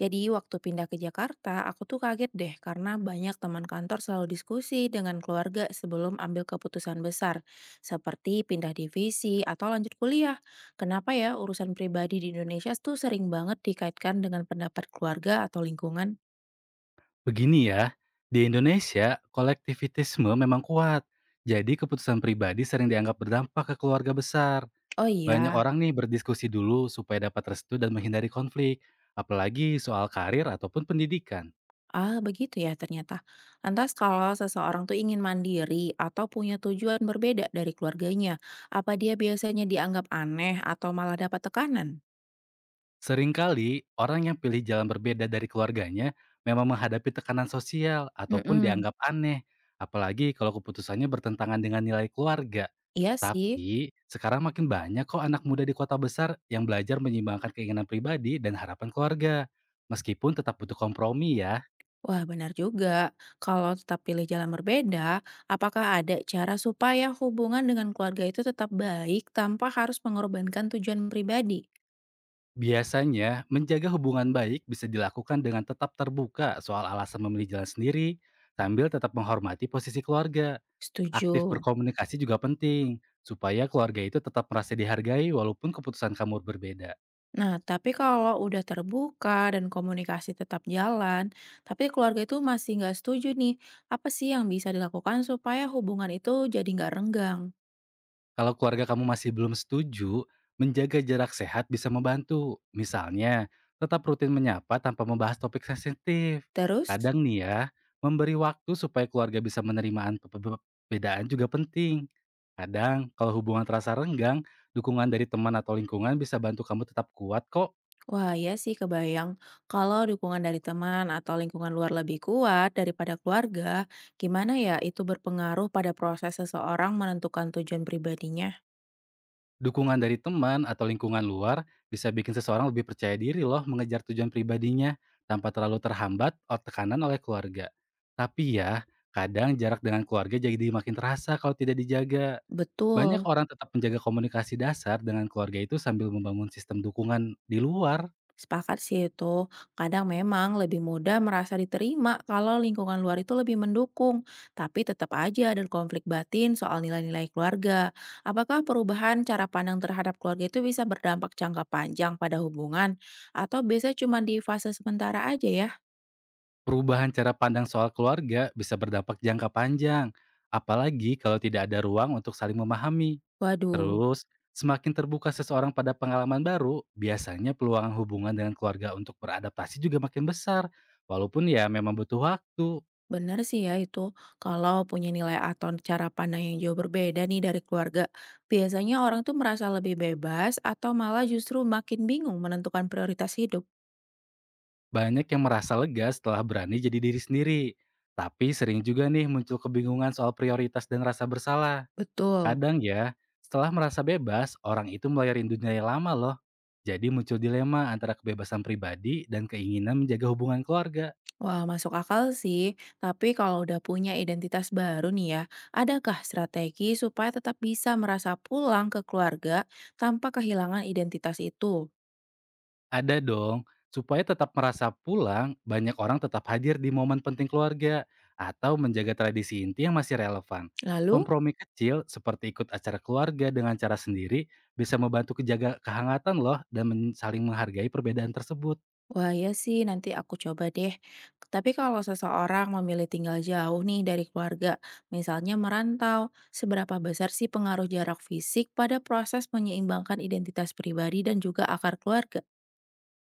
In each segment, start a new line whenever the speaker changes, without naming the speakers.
Jadi waktu pindah ke Jakarta, aku tuh kaget deh karena banyak teman kantor selalu diskusi dengan keluarga sebelum ambil keputusan besar, seperti pindah divisi atau lanjut kuliah. Kenapa ya urusan pribadi di Indonesia tuh sering banget dikaitkan dengan pendapat keluarga atau lingkungan?
Begini ya, di Indonesia kolektivitisme memang kuat. Jadi keputusan pribadi sering dianggap berdampak ke keluarga besar.
Oh
Banyak
iya,
orang nih berdiskusi dulu supaya dapat restu dan menghindari konflik, apalagi soal karir ataupun pendidikan.
ah begitu ya ternyata. Lantas kalau seseorang tuh ingin mandiri atau punya tujuan berbeda dari keluarganya, apa dia biasanya dianggap aneh atau malah dapat tekanan?
Seringkali orang yang pilih jalan berbeda dari keluarganya memang menghadapi tekanan sosial ataupun
Mm-mm.
dianggap aneh, apalagi kalau keputusannya bertentangan dengan nilai keluarga.
Iya sih.
Tapi, sekarang makin banyak kok anak muda di kota besar yang belajar menyeimbangkan keinginan pribadi dan harapan keluarga. Meskipun tetap butuh kompromi ya,
Wah, benar juga. Kalau tetap pilih jalan berbeda, apakah ada cara supaya hubungan dengan keluarga itu tetap baik tanpa harus mengorbankan tujuan pribadi?
biasanya menjaga hubungan baik bisa dilakukan dengan tetap terbuka soal alasan memilih jalan sendiri, sambil tetap menghormati posisi keluarga. Aktif
Setuju.
berkomunikasi juga penting, supaya keluarga itu tetap merasa dihargai walaupun keputusan kamu berbeda.
Nah, tapi kalau udah terbuka dan komunikasi tetap jalan, tapi keluarga itu masih nggak setuju nih, apa sih yang bisa dilakukan supaya hubungan itu jadi nggak renggang?
Kalau keluarga kamu masih belum setuju, menjaga jarak sehat bisa membantu. Misalnya, tetap rutin menyapa tanpa membahas topik sensitif.
Terus?
Kadang nih ya, memberi waktu supaya keluarga bisa menerima perbedaan juga penting. Kadang, kalau hubungan terasa renggang, dukungan dari teman atau lingkungan bisa bantu kamu tetap kuat kok.
Wah, iya sih kebayang. Kalau dukungan dari teman atau lingkungan luar lebih kuat daripada keluarga, gimana ya itu berpengaruh pada proses seseorang menentukan tujuan pribadinya?
Dukungan dari teman atau lingkungan luar bisa bikin seseorang lebih percaya diri loh mengejar tujuan pribadinya tanpa terlalu terhambat atau tekanan oleh keluarga. Tapi ya, kadang jarak dengan keluarga jadi makin terasa kalau tidak dijaga. Banyak
Betul,
orang tetap menjaga komunikasi dasar dengan keluarga itu sambil membangun sistem dukungan di luar.
sepakat sih itu. Kadang memang lebih mudah merasa diterima kalau lingkungan luar itu lebih mendukung, tapi tetap aja ada konflik batin soal nilai-nilai keluarga. Apakah perubahan cara pandang terhadap keluarga itu bisa berdampak jangka panjang pada hubungan, atau biasanya cuma di fase sementara aja ya?
Perubahan cara pandang soal keluarga bisa berdampak jangka panjang, apalagi kalau tidak ada ruang untuk saling memahami.
Waduh,
Terus, semakin terbuka seseorang pada pengalaman baru, biasanya peluang hubungan dengan keluarga untuk beradaptasi juga makin besar. Walaupun ya memang butuh waktu,
benar sih ya itu. Kalau punya nilai atau cara pandang yang jauh berbeda nih dari keluarga, biasanya orang tuh merasa lebih bebas atau malah justru makin bingung menentukan prioritas hidup.
banyak yang merasa lega setelah berani jadi diri sendiri. Tapi sering juga nih muncul kebingungan soal prioritas dan rasa bersalah.
Betul.
Kadang ya, setelah merasa bebas, orang itu mulai rindu nilai lama loh. Jadi muncul dilema antara kebebasan pribadi dan keinginan menjaga hubungan keluarga.
Wah, masuk akal sih. Tapi kalau udah punya identitas baru nih ya, adakah strategi supaya tetap bisa merasa pulang ke keluarga tanpa kehilangan identitas itu?
Ada dong, supaya tetap merasa pulang, banyak orang tetap hadir di momen penting keluarga atau menjaga tradisi inti yang masih relevan.
Lalu?
Kompromi kecil seperti ikut acara keluarga dengan cara sendiri bisa membantu kejaga kehangatan loh dan saling menghargai perbedaan tersebut.
Wah, iya sih, nanti aku coba deh. Tapi kalau seseorang memilih tinggal jauh nih dari keluarga, misalnya merantau, seberapa besar sih pengaruh jarak fisik pada proses menyeimbangkan identitas pribadi dan juga akar keluarga?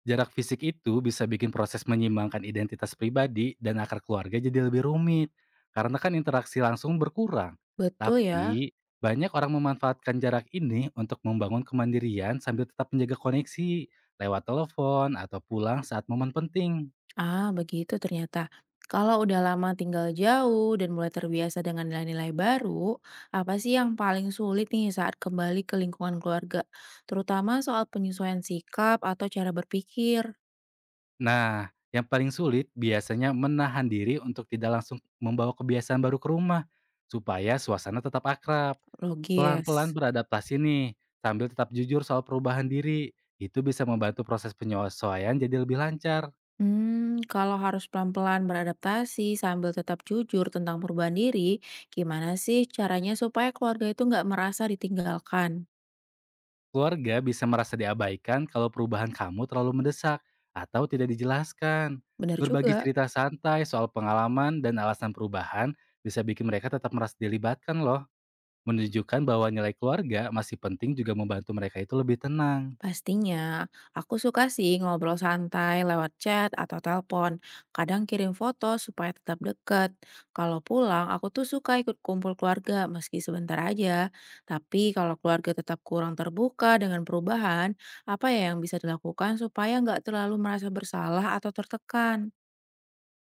Jarak fisik itu bisa bikin proses menyimbangkan identitas pribadi dan akar keluarga jadi lebih rumit, karena kan interaksi langsung berkurang.
Betul ya.
Tapi, banyak orang memanfaatkan jarak ini untuk membangun kemandirian sambil tetap menjaga koneksi lewat telepon atau pulang saat momen penting.
Ah, begitu ternyata. Kalau udah lama tinggal jauh dan mulai terbiasa dengan nilai-nilai baru, apa sih yang paling sulit nih saat kembali ke lingkungan keluarga? Terutama soal penyesuaian sikap atau cara berpikir.
Nah, yang paling sulit biasanya menahan diri untuk tidak langsung membawa kebiasaan baru ke rumah, supaya suasana tetap akrab. Pelan-pelan
Logis.
beradaptasi nih, sambil tetap jujur soal perubahan diri. Itu bisa membantu proses penyesuaian jadi lebih lancar.
Hmm, kalau harus pelan-pelan beradaptasi sambil tetap jujur tentang perubahan diri, gimana sih caranya supaya keluarga itu nggak merasa ditinggalkan?
Keluarga bisa merasa diabaikan kalau perubahan kamu terlalu mendesak atau tidak dijelaskan.
Bener
Berbagi
juga,
cerita santai soal pengalaman dan alasan perubahan bisa bikin mereka tetap merasa dilibatkan loh. Menunjukkan bahwa nilai keluarga masih penting juga membantu mereka itu lebih tenang.
pastinya. Aku suka sih ngobrol santai lewat chat atau telepon. Kadang kirim foto supaya tetap deket. Kalau pulang, aku tuh suka ikut kumpul keluarga meski sebentar aja. Tapi kalau keluarga tetap kurang terbuka dengan perubahan, apa ya yang bisa dilakukan supaya nggak terlalu merasa bersalah atau tertekan?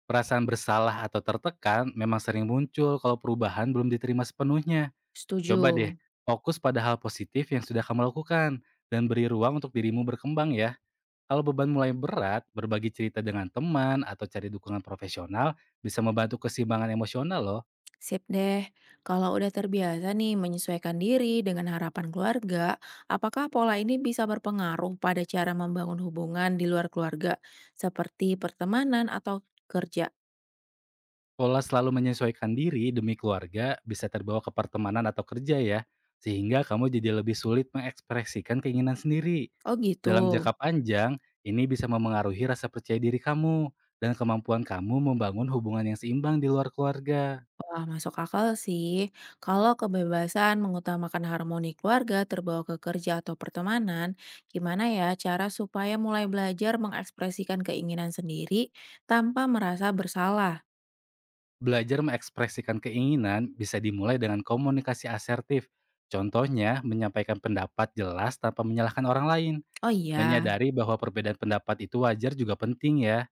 Perasaan bersalah atau tertekan memang sering muncul kalau perubahan belum diterima sepenuhnya.
Setuju.
Coba deh, fokus pada hal positif yang sudah kamu lakukan dan beri ruang untuk dirimu berkembang ya. Kalau beban mulai berat, berbagi cerita dengan teman atau cari dukungan profesional bisa membantu keseimbangan emosional loh.
Sip deh. Kalau udah terbiasa nih menyesuaikan diri dengan harapan keluarga, apakah pola ini bisa berpengaruh pada cara membangun hubungan di luar keluarga, seperti pertemanan atau kerja?
Pola selalu menyesuaikan diri demi keluarga bisa terbawa ke pertemanan atau kerja ya, sehingga kamu jadi lebih sulit mengekspresikan keinginan sendiri.
Oh gitu.
Dalam jangka panjang, ini bisa memengaruhi rasa percaya diri kamu dan kemampuan kamu membangun hubungan yang seimbang di luar keluarga.
Wah, masuk akal sih. Kalau kebebasan mengutamakan harmoni keluarga terbawa ke kerja atau pertemanan, gimana ya cara supaya mulai belajar mengekspresikan keinginan sendiri tanpa merasa bersalah?
Belajar mengekspresikan keinginan bisa dimulai dengan komunikasi asertif. Contohnya, menyampaikan pendapat jelas tanpa menyalahkan orang lain.
Oh iya.
Menyadari bahwa perbedaan pendapat itu wajar juga penting ya.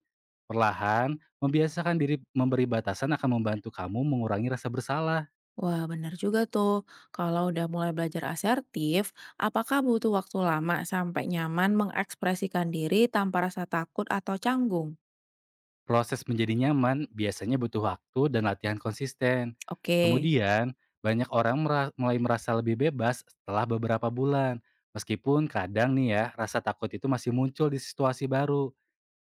Perlahan, membiasakan diri memberi batasan akan membantu kamu mengurangi rasa bersalah.
Wah, benar juga tuh. Kalau udah mulai belajar asertif, apakah butuh waktu lama sampai nyaman mengekspresikan diri tanpa rasa takut atau canggung?
Proses menjadi nyaman biasanya butuh waktu dan latihan konsisten.
Oke.
Kemudian, banyak orang mulai merasa lebih bebas setelah beberapa bulan. Meskipun kadang nih ya, rasa takut itu masih muncul di situasi baru.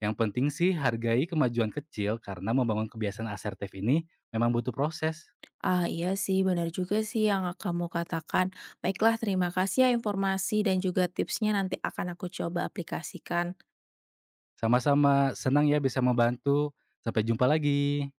Yang penting sih hargai kemajuan kecil karena membangun kebiasaan asertif ini memang butuh proses.
Ah iya sih, benar juga sih yang kamu katakan. Baiklah, terima kasih ya informasi dan juga tipsnya nanti akan aku coba aplikasikan.
Sama-sama, senang ya bisa membantu. Sampai jumpa lagi.